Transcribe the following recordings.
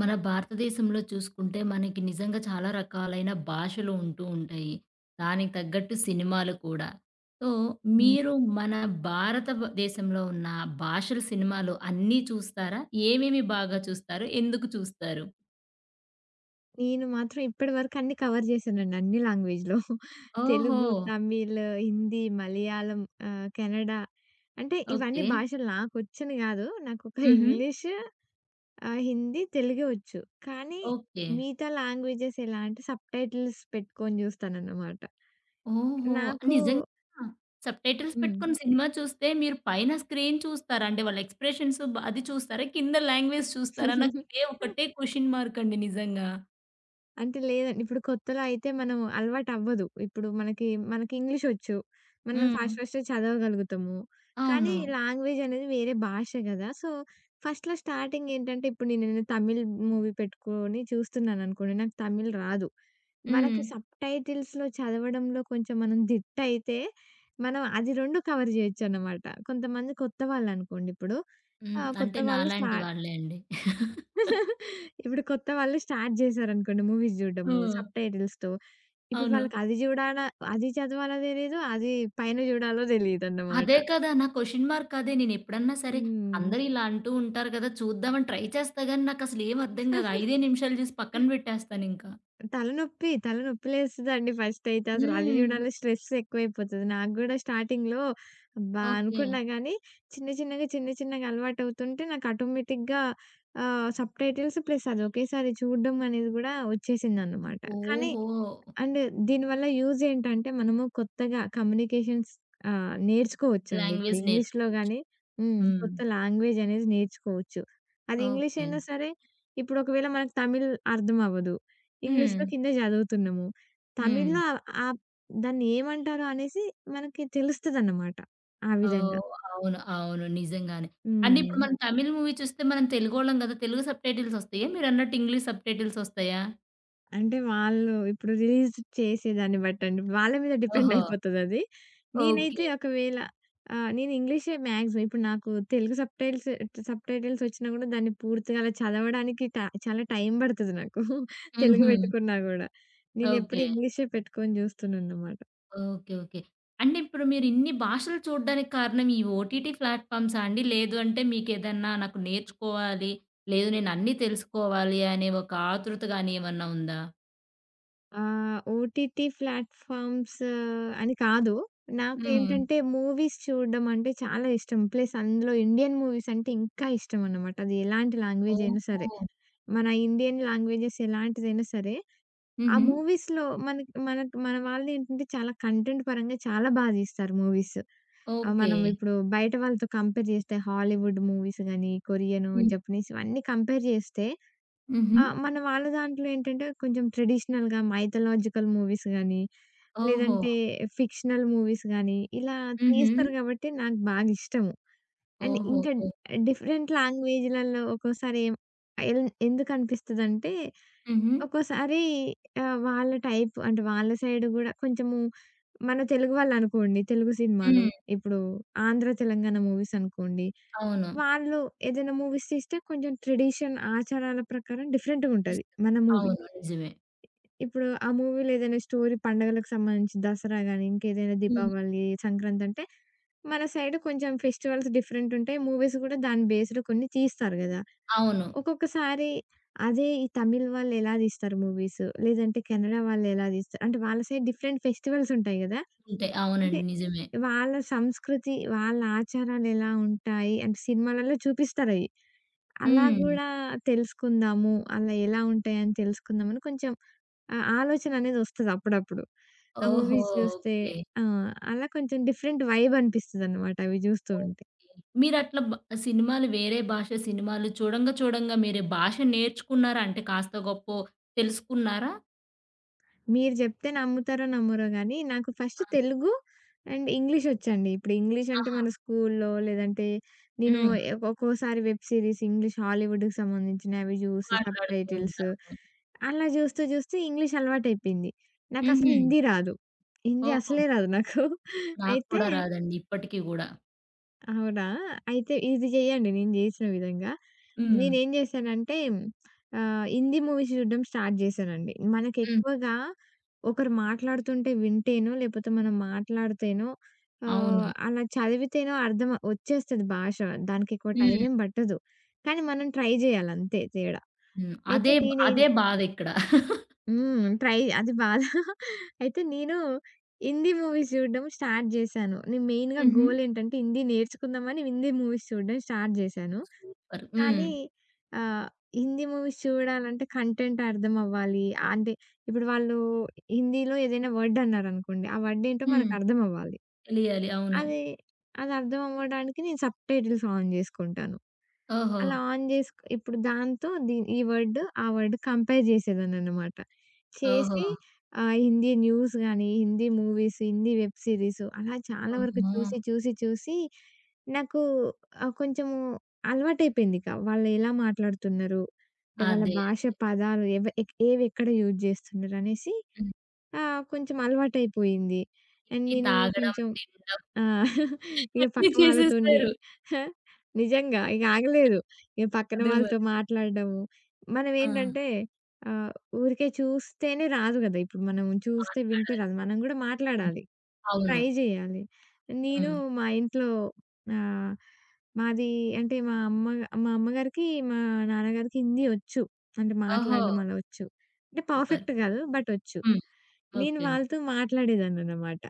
మన భారతదేశంలో చూసుకుంటే మనకి నిజంగా చాలా రకాలైన భాషలు ఉంటూ ఉంటాయి. దానికి తగ్గట్టు సినిమాలు కూడా. సో, హ్మ్. మీరు మన భారత దేశంలో ఉన్న భాషల సినిమాలు అన్నీ చూస్తారా? ఏమేమి బాగా చూస్తారు? ఎందుకు చూస్తారు? నేను మాత్రం ఇప్పటి వరకు అన్నీ కవర్ చేశానండి. అన్ని లాంగ్వేజ్‌లో. ఓహో! తెలుగు, తమిళ్, హిందీ, మలయాళం, కన్నడ. అంటే ఓకే. ఇవన్నీ భాషలు నాకొచ్చని గాదు. నాకొక హుహు. ఇంగ్లీష్, హిందీ, తెలుగే వచ్చు. కానీ ఓకే. మిగతా లాంగ్వేజెస్ ఎలా అంటే సబ్‌టైటిల్స్ పెట్టుకొని చూస్తానన్నమాట. ఓహో! నాకు నిజంగా సబ్‌టైటిల్స్ హ్మ్. పెట్టుకొని సినిమా చూస్తే మీరు పైన స్క్రీన్ చూస్తారా? అంటే వాళ్ళ ఎక్స్‌ప్రెషన్స్ అది చూస్తారా? కింద లాంగ్వేజ్ చూస్తారా? నాకు ఇదే ఒకటే క్వెషన్ మార్క్ అండి నిజంగా. అంటే లేదండి. ఇప్పుడు కొత్తలో అయితే మనం అలవాటవ్వదు. ఇప్పుడు మనకి ఇంగ్లీషొచ్చు. మనం హ్మ్. ఫాస్ట్ ఫాస్ట్‌గా చదవగలుగుతాము. కానీ అవును. లాంగ్వేజ్ అనేది వేరే భాష గదా! సో, ఫస్ట్‌లో స్టార్టింగ్ ఏంటంటే ఇప్పుడు నేనేదైనా తమిళ్ మూవీ పెట్టుకొని చూస్తున్నాననుకోండి. నాకు తమిళ్ రాదు. హ్మ్. మనకి సబ్‌టైటిల్స్‌లో చదవడంలో కొంచెం మనం దిట్టయితే మనం అది 2 కవర్ జేయొచ్చన్నమాట. కొంతమంది కొత్త వాళ్ళనుకోండి ఇప్పుడు. హ్మ్. కొత్త అంటే వాళ్ళు స్టా నాలాంటి వాళ్ళే అండి. ఇప్పుడు కొత్త వాళ్ళు స్టార్ట్ జేశారనుకోండి మూవీస్ జూడడము, హ్మ్. సబ్‌టైటిల్స్‌తో. ఇప్పుడు అవును. వాళ్ళకి అది జూడాలా అది చదవాలో తెలీదు, అది పైన జూడాలో తెలీదన్నమాట. అదే కదా! నా క్వెషన్ మార్క్ అదే. నేనెప్పుడన్నా సరే హ్మ్. అందరూ ఇలా అంటూ ఉంటారు గదా! చూద్దామని ట్రై చేస్తా గానీ నాకసలేం అర్థం గాదు. 5 నిమిషాలు చూసి పక్కన పెట్టేస్తానింకా. తలనొప్పి లేస్తదండి ఫస్టయితే. అసలు అది హ్మ్. జూడాలి స్ట్రెస్ ఎక్కువైపోతది. నాకు గూడా స్టార్టింగ్‌లో అబ్బా! ఓకే. అనుకున్నా గానీ చిన్న చిన్నగా అలవాటవుతుంటే నాకు ఆటోమేటిక్‌గా సబ్‌టైటిల్స్ ప్లస్ అది ఒకేసారి చూడడం అనేది గూడా వచ్చేసిందన్నమాట. కానీ ఓహో! అండ్ దీనివల్ల యూజ్ ఏంటంటే, మనము కొత్తగా కమ్యూనికేషన్స్ నేర్చుకోవచ్చండి. ఇప్పుడు లాంగ్వేజ్ ఇంగ్లీష్‌లో నేర్చుకోవచ్చు. గాని హ్మ్. హ్మ్. కొత్త లాంగ్వేజ్ అనేది నేర్చుకోవచ్చు. అది ఇంగ్లీష్ ఓకే. అయినా సరే, ఇప్పుడు ఒకవేళ మనకు తమిళ్ అర్థం అవ్వదు. హ్మ్. ఇంగ్లీష్‌లో కింద చదువుతున్నాము. హ్మ్. తమిళ్లో ఆహ్, దాన్ని ఏమంటారో అనేసి మనకి తెలుస్తదన్నమాట. ఆ విధంగా. ఓహ్! అవును. అవును. నిజంగానే. అంటే ఇప్పుడు హ్మ్. మనం తమిళ్ మూవీ చూస్తే మనం తెలుగోళ్ళం గదా! తెలుగు సబ్‌టైటిల్స్ ఒస్తాయా? మీరన్నట్టు ఇంగ్లీష్ సబ్‌టైటిల్స్ ఒస్తాయా? అంటే వాళ్ళు ఇప్పుడు రిలీజ్ చేసే దాన్ని బట్టండి. వాళ్ళ మీద డిపెండ్ ఓహో! అయిపోతదది. నేనైతే ఓకే. ఒకవేళ నేను ఇంగ్లీషే మాక్సిమం ఇప్పుడు నాకు తెలుగు సబ్‌టైటిల్స్ వచ్చినా గూడా దాన్ని పూర్తిగా అలా చదవడానికి చాలా టైం పడతది నాకు. తెలుగు హుహు. పెట్టుకున్నా గూడా. నేనెప్పుడు ఓకే. ఇంగ్లీషే పెట్టుకొని జూస్తున్నానన్నమాట. ఓకే. ఓకే. అంటే ఇప్పుడు మీరు ఇన్ని భాషలు చూడడానికి కారణం ఈ ఓటీటీ ప్లాట్‌ఫార్మ్సా అండి? లేదు అంటే మీకేదన్నా నాకు నేర్చుకోవాలి, లేదు నేను అన్నీ తెలుసుకోవాలి అనే ఒక ఆతృత గాని ఏమన్నా ఉందా? ఓటీటీ ప్లాట్‌ఫార్మ్స్ అని కాదు. హ్మ్. నాకేంటంటే మూవీస్ చూడడం అంటే చాలా ఇష్టం. ప్లస్ అందులో ఇండియన్ మూవీస్ అంటే ఇంకా ఇష్టం అన్నమాట. అది ఎలాంటి లాంగ్వేజ్ అయినా సరే. ఓహో! మన ఇండియన్ లాంగ్వేజెస్ ఎలాంటిదైనా సరే, ఆ హుహు. మూవీస్‌లో మనకి మనకి మన వాళ్ళేంటంటే చాలా కంటెంట్ పరంగా చాలా బాగా తీస్తారు మూవీస్. ఓకే. మనం ఇప్పుడు బయట వాళ్ళతో కంపేర్ చేస్తే హాలీవుడ్ మూవీస్ గాని, కొరియను, హ్మ్. జపనీస్ ఇవన్నీ కంపేర్ చేస్తే హుహు. ఆ! మన వాళ్ళ దాంట్లో ఏంటంటే కొంచెం ట్రెడిషనల్‌గా మైథలాజికల్ మూవీస్ గాని, ఓహో! లేదంటే ఫిక్షనల్ మూవీస్ గాని ఇలా హుహు. తీస్తారు కాబట్టి నాకు బాగా ఇష్టము. అండ్ ఓహో! ఇంకా ఓహ్! డిఫరెంట్ లాంగ్వేజ్‌లలో ఒక్కోసారి ఎల్ ఎందుకనిపిస్తదంటే హుహు. ఒక్కోసారి వాళ్ళ టైప్ అంటే వాళ్ళ సైడ్ గూడా కొంచెము మన తెలుగు వాళ్ళనుకోండి తెలుగు సినిమాలు హ్మ్. ఇప్పుడు ఆంధ్ర, తెలంగాణ మూవీస్ అనుకోండి. అవును. వాళ్ళు ఏదైనా మూవీస్ తీస్తే కొంచెం ట్రెడిషన్ ఆచారాల ప్రకారం డిఫరెంట్‌గుంటది ఇస్తా. మన మూవీ. అవును. నిజమే. ఇప్పుడు ఆ మూవీలో ఏదైనా స్టోరీ పండగలకు సంబంధించి దసరా గాని, ఇంకేదైనా హ్మ్. దీపావళి, సంక్రాంతి అంటే మన సైడ్ కొంచెం ఫెస్టివల్స్ డిఫరెంట్ ఉంటాయి. మూవీస్ గూడా దాని బేస్‌లో కొన్ని తీస్తారు గదా! అవును. ఒక్కొక్కసారి అదే ఈ తమిళ్ వాళ్ళెలా తీస్తారు మూవీస్, లేదంటే కెనడా వాళ్ళెలా తీస్తారు అంటే వాళ్ళ సైడ్ డిఫరెంట్ ఫెస్టివల్స్ ఉంటాయి గదా! ఉంటాయి. అంటే అవునండి. నిజమే. వాళ్ళ సంస్కృతి, వాళ్ళ ఆచారాలెలా ఉంటాయి అంటే సినిమాలలో చూపిస్తారయి. అలా హ్మ్. గూడా తెలుసుకుందాము, అలా ఎలా ఉంటాయని తెలుసుకుందామని కొంచెం ఆలోచననేది ఒస్తది అప్పుడప్పుడు. ఆ ఓహో! మూవీస్ జూస్తే ఓకే. ఆ! అలా కొంచెం డిఫరెంట్ వైబ్ అనిపిస్తదనమాట అవి జూస్తూ ఉంటే. ఓకే. మీరట్లా బ సినిమాలు వేరే భాష సినిమాలు చూడంగా, చూడంగా మీరు భాష నేర్చుకున్నారా? అంటే కాస్తో గొప్పో తెలుసుకున్నారా? మీరు జెప్తే నమ్ముతారో నమ్మరో గానీ, నాకు ఫస్ట్ ఆ! తెలుగు అండ్ ఇంగ్లీష్ ఒచ్చండి. ఇప్పుడు ఇంగ్లీష్ అంటే ఆహా! మన స్కూల్లో లేదంటే నేను హ్మ్. ఒక్కోసారి వెబ్ సీరీస్ ఇంగ్లీష్ హాలీవుడ్‌కి సంబంధించినవి అవి జూసి సబ్ మాట్లాడుతూ టైటిల్స్ ఉంటారు. అలా జూస్తూ జూస్తూ ఇంగ్లీష్ అలవాటయిపోయింది. నాకసలు హుహు. హిందీ రాదు. హిందీ ఓహో! అసలే రాదు నాకు. నాకు అయితే కూడా రాదండి. ఇప్పటికి గూడా. అవునా? అయితే ఇది జేయండి నేను జేసిన విధంగా. హ్మ్. నేనేం జేశానంటే హిందీ మూవీస్ జూడడం స్టార్ట్ జేశానండి. హ్మ్. మనకెక్కువగా ఒకరు మాట్లాడుతుంటే వింటేనో, లేపోతే మనం మాట్లాడితేనో అవును. అలా చదివితేనో అర్థం వచ్చేస్తది భాష. దానికెక్కువ హ్మ్. టైమేం బట్టదు. కానీ మనం ట్రై జేయాలంతే తేడా. హ్మ్. అయితే అదే, అదే బాధిక్కడ. హ్మ్. ట్రై అది బాధ. అయితే నేను హిందీ మూవీస్ చూడడం స్టార్ట్ జేశాను. నేను మెయిన్‌గా హుహు. గోల్ ఏంటంటే హిందీ నేర్చుకుందామని హిందీ మూవీస్ చూడడం స్టార్ట్ జేశాను. సూపర్. హ్మ్. కానీ ఆహ్, హిందీ మూవీస్ చూడాలంటే కంటెంట్ అర్థం అవ్వాలి. అంటే ఇప్పుడు వాళ్ళు హిందీలో ఏదైనా వర్డ్ అన్నారనుకోండి. ఆ వర్డ్ ఏంటో హ్మ్. మనకు అర్థం అవ్వాలి. తెలియాలి. అవును. అది అది అర్థం అవ్వడానికి నేను సబ్‌టైటిల్స్ ఆన్ జేసుకుంటాను. ఓహో! అలా ఆన్ జేసుకు ఇప్పుడు దాంతో ఈ వర్డ్, ఆ వర్డ్ కంపేర్ జేసేదాన్ననమాట. ఓహో! చేసి హిందీ న్యూస్ గాని, Hindi movies, Hindi web series అలా చాలా వరకు అమ్మో! చూసి నాకు కొంచెము అలవాటైపోయింది ఇక. వాళ్ళెలా మాట్లాడుతున్నారు? అంటే వాళ్ళ అదే. భాష పదాలు ఏవెక్కడ యూజ్ జేస్తున్నారు అనేసి హ్మ్. కొంచెం అలవాటైపోయింది. అండ్ ఇది నేను తాగడం, కొంచెం తినడం ఆ! ఇక అన్నీ పక్క వాళ్ళతోని చేసేసారు. నిజంగా ఇక ఆగలేదు. ఇక పక్కన అదే మరి. వాళ్ళతో మాట్లాడడము. ఆ! మనమేంటంటే ఆహ్, ఊరికే చూస్తేనే రాదు గదా! ఇప్పుడు మనం చూస్తే, వింటే మాట్లాడాలి. రాదు. మనం గూడా హ్మ్. మాట్లాడాలి. అవును. ట్రై జేయాలి. నేను హ్మ్. మా ఇంట్లో ఆహ్, మాది అంటే మా అమ్మగారికి, మా నాన్నగారికి హిందీ ఒచ్చు. అంటే ఓహో! మాట్లాడడం అలా ఒచ్చు. అంటే సూపర్. పర్ఫెక్ట్ గాదు. బట్ ఒచ్చు. హ్మ్. నేను ఓకే. వాళ్ళతో మాట్లాడేదాన్ననమాట.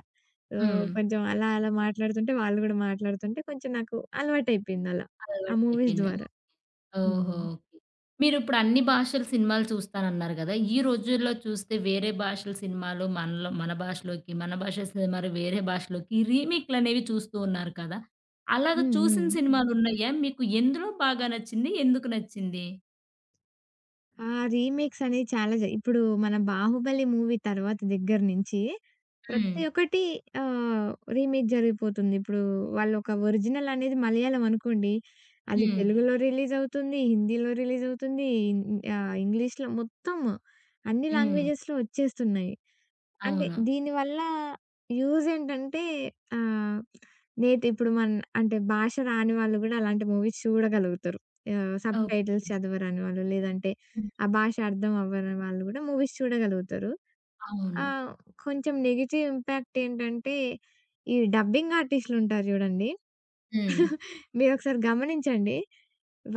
హ్మ్. కొంచెం అలా అలా మాట్లాడుతుంటే, వాళ్ళు గూడా మాట్లాడుతుంటే కొంచెం నాకు అలవాటయిపోయిందలా. ఆ మూవీస్ అలవాటయిపోయింది. ద్వారా. ఓహో! హ్మ్. ఓకే. మీరిప్పుడు అన్ని భాషల సినిమాలు చూస్తానన్నారు గదా! ఈ రోజుల్లో చూస్తే వేరే భాషల సినిమాలు మనలో మన భాషలోకి, మన భాష సినిమాలు వేరే భాషలోకి రీమేక్‌లనేవి చూస్తూ ఉన్నారు కదా! అలాగ హ్మ్. హ్మ్. చూసిన హ్మ్. సినిమాలున్నాయా? మీకు ఎందులో బాగా నచ్చింది? ఎందుకు నచ్చింది? ఆ! రీమేక్స్ అనేవి చాలా ఇప్పుడు మన 'బాహుబలి' మూవీ తర్వాత దగ్గర నుంచి హ్మ్. ప్రతి ఒక్కటి ఆహ్, రీమేక్ జరిగిపోతుంది. ఇప్పుడు వాళ్ళొక ఒరిజినల్ అనేది మలయాళం అనుకోండి. అది హ్మ్. తెలుగులో రిలీజ్ అవుతుంది, హిందీలో రిలీజ్ అవుతుంది, ఇంగ్లీష్‌లో మొత్తం అన్ని హ్మ్. లాంగ్వేజెస్‌లో వచ్చేస్తున్నాయి. అంటే అవును. దీనివల్ల యూజ్ ఏంటంటే ఆహ్, ఇప్పుడు అంటే భాష రాని వాళ్ళు గూడా అలాంటి మూవీస్ చూడగలుగుతారు. ఓహ్! సబ్‌టైటిల్స్ చదవరాని వాళ్ళు, లేదంటే హ్మ్. ఆ భాష అర్థం అవ్వని వాళ్ళు గూడా మూవీస్ చూడగలుగుతారు. అవును. ఆహ్, కొంచెం నెగెటివ్ ఇంపాక్ట్ ఏంటంటే ఈ డబ్బింగ్ ఆర్టిస్ట్‌లుంటారు జూడండి. హ్మ్. మీరొకసారి గమనించండి.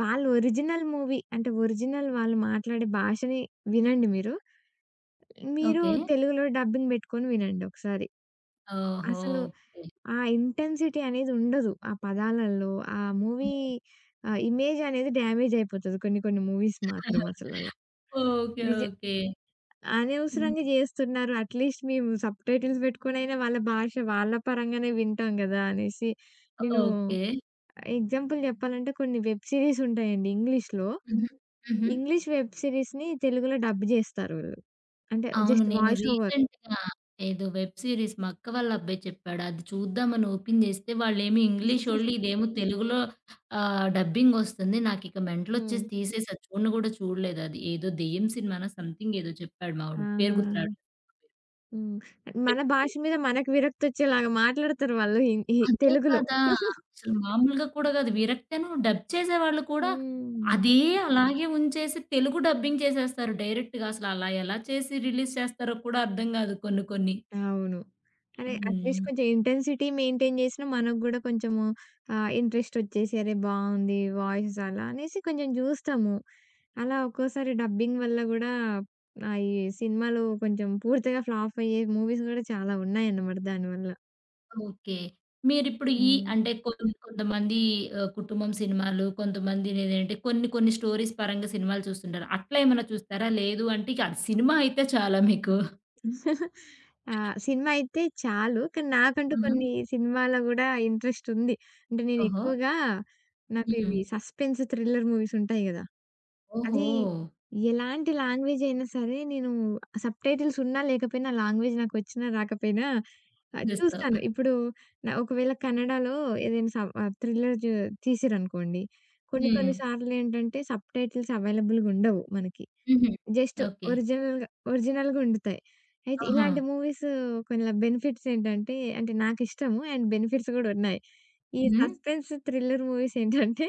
వాళ్ళు ఒరిజినల్ మూవీ అంటే ఒరిజినల్ వాళ్ళు మాట్లాడే భాషని వినండి మీరు. మీరు ఓకే. తెలుగులో డబ్బింగ్ బెట్టుకొని వినండి ఒకసారి. ఓహో! అసలు ఓకే. ఆ ఇంటెన్సిటీ అనేది ఉండదు. ఆ పదాలలో. ఆ మూవీ ఇమేజ్ అనేది డ్యామేజ్ అయిపోతది. కొన్ని కొన్ని మూవీస్ మాత్రం అసలలా. ఓకే. నిజ ఓకే. హ్మ్. అనవసరంగా జేస్తున్నారు. అట్‌లీస్ట్ మేము సబ్‌టైటిల్స్ పెట్టుకొనైనా వాళ్ళ భాష వాళ్ళ పరంగానే వింటాం గదా! అనేసి నేను ఓకే. ఎగ్జాంపుల్ జెప్పాలంటే కొన్ని వెబ్ సీరీస్ ఉంటాయండి ఇంగ్లీష్‌లో. హుహు. హుహు. ఇంగ్లీష్ వెబ్ సీరీస్‌ని తెలుగులో డబ్ జేస్తారు వీళ్ళు. అంటే అవును. జస్ట్ నేను వాయిస్ ఓవర్. రీసెంట్‌గా ఏదో వెబ్ సీరీస్ మా అక్క వాళ్ళ అబ్బాయి చెప్పాడు. అది చూద్దామని ఓపెన్ చేస్తే వాళ్ళేమో ఇంగ్లీషోళ్ళు, ఇదేమో తెలుగులో డబ్బింగ్ వస్తుంది. నాకిక హ్మ్. మెంటలొచ్చేసి తీసేసా. చూడను గూడా చూడలేదది. ఏదో దెయ్యం సినిమానో సంథింగ్ ఏదో చెప్పాడు మావోడు. పేరు ఆహా! గుర్తు రావట్లేదు. హ్మ్. మన భాష మీద మనకు విరక్తొచ్చేలాగా మాట్లాడతారు వాళ్ళు అదే తెలుగులో. కదా! అసలు మామూలుగా కూడా కాదు. విరక్తను డబ్ చేసేవాళ్ళు కూడా హ్మ్. అదే అలాగే ఉంచేసి తెలుగు డబ్బింగ్ చేసేస్తారు డైరెక్ట్‌గా. అసలు అలా ఎలా చేసి రిలీజ్ చేస్తారో కూడా అర్థం కాదు కొన్ని కొన్ని. అవును. అదే అట్‌లీస్ట్ హ్మ్. కొంచెం ఇంటెన్సిటీ మెయింటైన్ చేసినా మనకు గూడా కొంచెము ఇంట్రెస్టొచ్చేసి అరే! బావుంది వాయిస్ అలా అనేసి కొంచెం జూస్తాము. అలా ఒక్కోసారి డబ్బింగ్ వల్ల గూడా ఈ సినిమాలు కొంచెం పూర్తిగా ఫ్లాప్ అయ్యే మూవీస్ గూడా చాలా ఉన్నాయన్నమాట దానివల్ల. ఓకే. మీరిప్పుడు ఈ హ్మ్. అంటే కొంత కొంతమంది కుటుంబం సినిమాలు, కొంతమందినేంటంటే కొన్ని కొన్ని స్టోరీస్ పరంగా సినిమాలు చూస్తుంటారు. అట్లా ఏమన్నా చూస్తారా? లేదు అంటే ఇక అది సినిమా అయితే చాలా మీకు. ఆ! సినిమా అయితే చాలు. కానీ నాకంటూ ఆహా! కొన్ని సినిమాల గూడా ఇంట్రెస్ట్ ఉంది. అంటే ఓహో! నేనెక్కువగా నాకు హ్మ్. ఇవి సస్పెన్స్, థ్రిల్లర్ మూవీస్ ఉంటాయి గదా! ఓహో! అది హ్మ్. ఎలాంటి లాంగ్వేజ్ అయినా సరే నేను సబ్‌టైటిల్స్ ఉన్నా లేకపోయినా లాంగ్వేజ్ నాకొచ్చినా రాకపోయినా చూసేస్తావు. చూస్తాను. ఇప్పుడు ఒకవేళ కన్నడలో ఏదైనా థ్రిల్లర్ జు తీసిరనుకోండి కొన్ని హ్మ్. కొన్ని సార్లేంటంటే సబ్‌టైటిల్స్ అవైలబుల్‌గా ఉండవు మనకి. హుహు. Just okay. ఒరిజినల్‌గా ఒరిజినల్‌గా వండుతాయి. అయితే ఆహా! ఇలాంటి మూవీస్ కొన్ని బెనిఫిట్స్ ఏంటంటే, అంటే నాకిష్టము అండ్ బెనిఫిట్స్ గూడా ఉన్నాయి. ఈ హ్మ్. సస్పెన్స్, థ్రిల్లర్ మూవీస్ ఏంటంటే,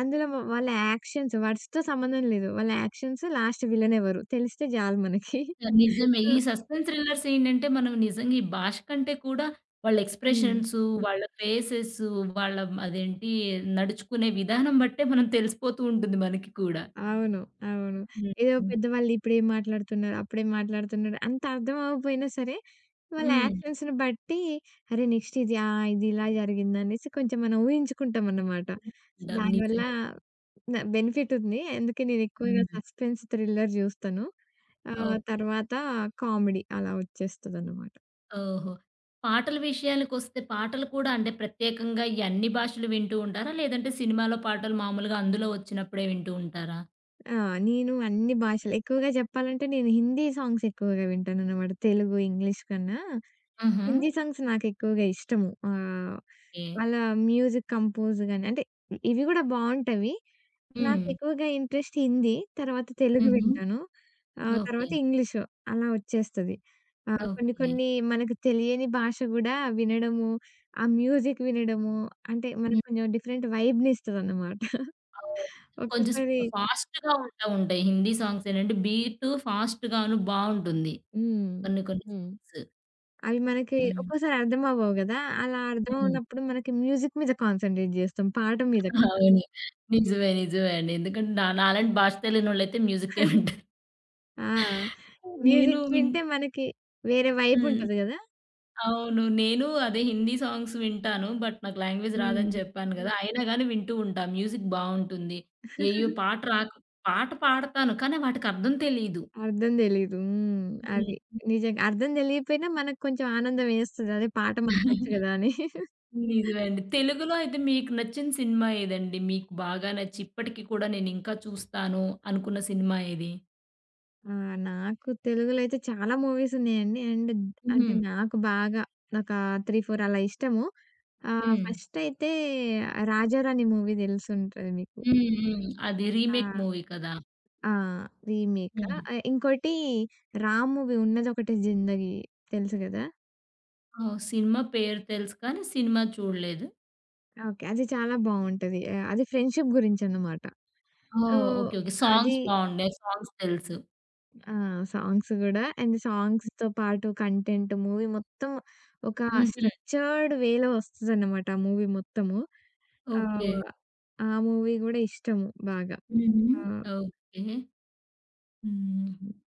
అందులో వాళ్ళ యాక్షన్స్ వర్డ్స్‌తో సంబంధం లేదు. వాళ్ళ యాక్షన్స్, లాస్ట్ విలన్ ఎవరు తెలిస్తే చాలు మనకి. నిజమే. సో ఈ సస్పెన్స్ థ్రిల్లర్స్ ఏంటంటే మనం నిజంగా ఈ భాష కంటే కూడా వాళ్ళ హ్మ్. ఎక్స్‌ప్రెషన్సు, వాళ్ళ ఫేసెసు, వాళ్ళ అదేంటి నడుచుకునే విధానం బట్టే మనం తెలిసిపోతూ ఉంటుంది మనకి కూడా. అవును. అవును. హ్మ్. ఏదో పెద్దవాళ్ళు ఇప్పుడేం మాట్లాడుతున్నారు, అప్పుడేం మాట్లాడుతున్నారు అంత అర్థం అవ్వకపోయినా సరే, వాళ్ళ హ్మ్. యాక్షన్స్‌ని బట్టి అరే! నెక్స్ట్ ఇది ఇది ఇలా జరిగిందనేసి కొంచెం మనం ఊహించుకుంటామన్నమాట. దానివల్ల నిజమే. బెనిఫిట్ ఉంది. అందుకే నేను ఎక్కువగా హ్మ్. సస్పెన్స్, థ్రిల్లర్ జూస్తాను. ఓకే. తర్వాత కామెడీ అలా వచ్చేస్తదన్నమాట. ఓహో! పాటల విషయాలకొస్తే పాటలు కూడా అంటే ప్రత్యేకంగా ఈ అన్ని భాషలు వింటూ ఉంటారా? లేదంటే సినిమాలో పాటలు మామూలుగా అందులో వచ్చినప్పుడే వింటూ ఉంటారా? ఆ! నేను అన్ని భాషలు ఎక్కువగా చెప్పాలంటే నేను హిందీ సాంగ్స్ ఎక్కువగా వింటాననమాట. తెలుగు, ఇంగ్లీష్ కన్నా హుహు. హిందీ సాంగ్స్ నాకెక్కువగా ఇష్టము. ఓకే. వాళ్ళ మ్యూజిక్ కంపోజ్ గాని అంటే ఇవి గూడా బావుంటవి. హ్మ్. నాకెక్కువగా ఇంట్రెస్ట్ హిందీ, తర్వాత తెలుగు హుహు. వింటాను. ఓకే. తర్వాత ఇంగ్లీషు అలా వచ్చేస్తది. కొన్ని ఓకే. కొన్ని మనకు తెలియని భాష గూడా వినడము, ఆ మ్యూజిక్ వినడము అంటే హ్మ్. మనకు కొంచెం డిఫరెంట్ వైబ్‌ని ఇస్తదన్నమాట. అవును. కొంచెం స్ ఒక్కోసారి ఫాస్ట్‌గా ఉంటా ఉంటాయి. హిందీ సాంగ్స్ ఏంటంటే బీటు ఫాస్ట్‌గాను బావుంటుంది. హ్మ్. కొన్ని కొన్ని హ్మ్. సాంగ్స్. అవి మనకి హ్మ్. ఒక్కోసారి అర్థమవ్వవు గదా! అలా హ్మ్. అర్థమవ్వనప్పుడు మనకి మ్యూజిక్ మీద కాన్సంట్రేట్ జేస్తాం. పాట మీద కన్నా. అవును. నిజమే. నిజమే అండి. ఎందుకంటే నాలాంటి భాష తెలియనోళ్ళైతే మ్యూజిక్కే వింటారు. ఆ! నేను మ్యూజిక్ విన్ వింటే మనకి వేరే హ్మ్. వైబుంటది గదా! అవును. నేను అదే హిందీ సాంగ్స్ వింటాను. బట్ నాకు లాంగ్వేజ్ హ్మ్. రాదని చెప్పాను కదా! అయినా గాని వింటూ ఉంటా. మ్యూజిక్ బావుంటుంది. ఏయ్యో! పాట రాక పాట పాడతాను. కానీ వాటికర్థం తెలీదు. అర్థం తెలీదు. హ్మ్. హ్మ్. అది. నిజంగా. అర్థం తెలియకపోయినా మనకు కొంచెం ఆనందం ఏస్తది. అదే పాట మనకొచ్చు గదా! అని. నిజమే అండి. తెలుగులో అయితే మీకు నచ్చిన సినిమా ఏదండి? మీకు బాగా నచ్చి ఇప్పటికి కూడా నేనింకా చూస్తాను అనుకున్న సినిమా ఏది? ఆ! నాకు తెలుగులో అయితే చాలా మూవీస్ ఉన్నాయండి. అండ్ అంటే హ్మ్. నాకు బాగా ఒక 3, 4 అలా ఇష్టము. హ్మ్. ఫస్టయితే 'రాజారాణి' మూవీ తెలిసుంటది మీకు. హ్మ్. హ్మ్. అది ఆ! రీమేక్ మూవీ కదా! ఆ! రీమేకా. హ్మ్. ఇంకోటి 'రామ్' మూవీ ఉన్నదొకటే 'జిందగీ' తెలుసు గదా! ఓహ్! సినిమా పేరు తెలుసు కానీ సినిమా చూడలేదు. ఓకే. అది చాలా బావుంటది. అది ఫ్రెండ్‌షిప్ గురించనమాట. So, oh! ఓకే. ఓకే. అది సాంగ్స్ బావుండాయి. సాంగ్స్ తెలుసు. ఆ! సాంగ్స్ గూడా అండ్ సాంగ్స్‌తో పాటు కంటెంట్ మూవీ మొత్తం ఒక హుహు. స్ట్రక్చర్డ్ వేలో వస్తదనమాట ఆ మూవీ మొత్తము. ఓకే. ఆహ్, ఆ మూవీ గూడా ఇష్టము బాగా. హుహు. ఆ! ఓకే. హ్మ్.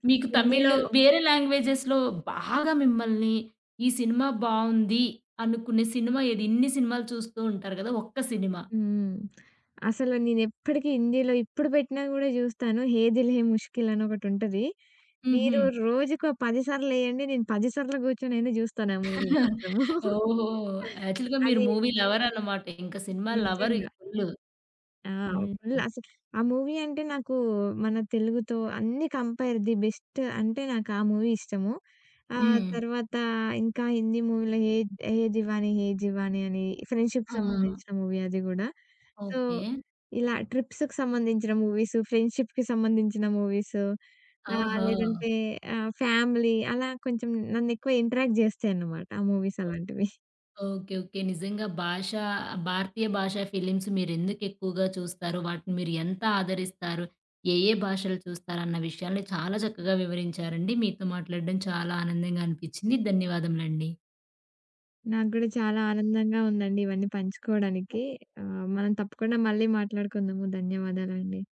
మీకు తమిళ్ హిందీలో వేరే లాంగ్వేజెస్‌లో బాగా మిమ్మల్ని ఈ సినిమా బావుంది అనుకునే సినిమా ఏది? ఇన్ని సినిమాలు చూస్తూ ఉంటారు కదా! ఒక్క సినిమా. హ్మ్. అసలు నేనెప్పటికి హిందీలో ఇప్పుడు పెట్టినా గూడా జూస్తాను. 'హే దిల్ హే ముష్కిల్' అని ఒకటుంటది. హుహు. మీరు రోజుకో 10 సార్లెయండి. నేను 10 సార్లు గూర్చొనైనా జూస్తాను ఆ మూవీ మాత్రం. ఓహో! యాక్చువల్‌గా మీరు అది మూవీ లవర్ అన్నమాట. ఇంక సినిమా లవర్ ఇక నిజంగా. ఫుల్లు. ఆ! ఆ! హ్మ్. ఫుల్ అసలు ఆ మూవీ అంటే నాకు మన తెలుగుతో అన్నీ కంపేర్ ది బెస్ట్ అంటే నాకు ఆ మూవీ ఇష్టము. ఆ హ్మ్. తర్వాత ఇంకా హిందీ మూవీలో 'ఏ దివాని హే జివాని' అని ఫ్రెండ్‌షిప్‌కి ఆ! సంబంధించిన మూవీ అది గూడా. So, okay. ఇలా ట్రిప్స్‌కి సంబంధించిన మూవీస్, ఫ్రెండ్‌షిప్‌కి సంబంధించిన మూవీస్ ఆహా! లేదంటే ఫ్యామిలీ అలా కొంచెం నన్ను ఎక్కువ ఇంటరాక్ట్ జేస్తాయన్నమాట ఆ మూవీస్ అలాంటివి. ఓకే. ఓకే. నిజంగా భాష భారతీయ భాషా ఫిలిమ్స్ మీరెందుకెక్కువగా చూస్తారు? వాటిని మీరు ఎంత ఆదరిస్తారు? ఏ ఏ భాషలు చూస్తారన్న విషయాల్ని చాలా చక్కగా వివరించారండి. మీతో మాట్లాడడం చాలా ఆనందంగా అనిపిచ్చింది. ధన్యవాదములండి. నాకు గూడా చాలా ఆనందంగా ఉందండి ఇవన్నీ పంచుకోవడానికి. మనం తప్పకుండా మళ్ళీ మాట్లాడుకుందాము. ధన్యవాదాలండి.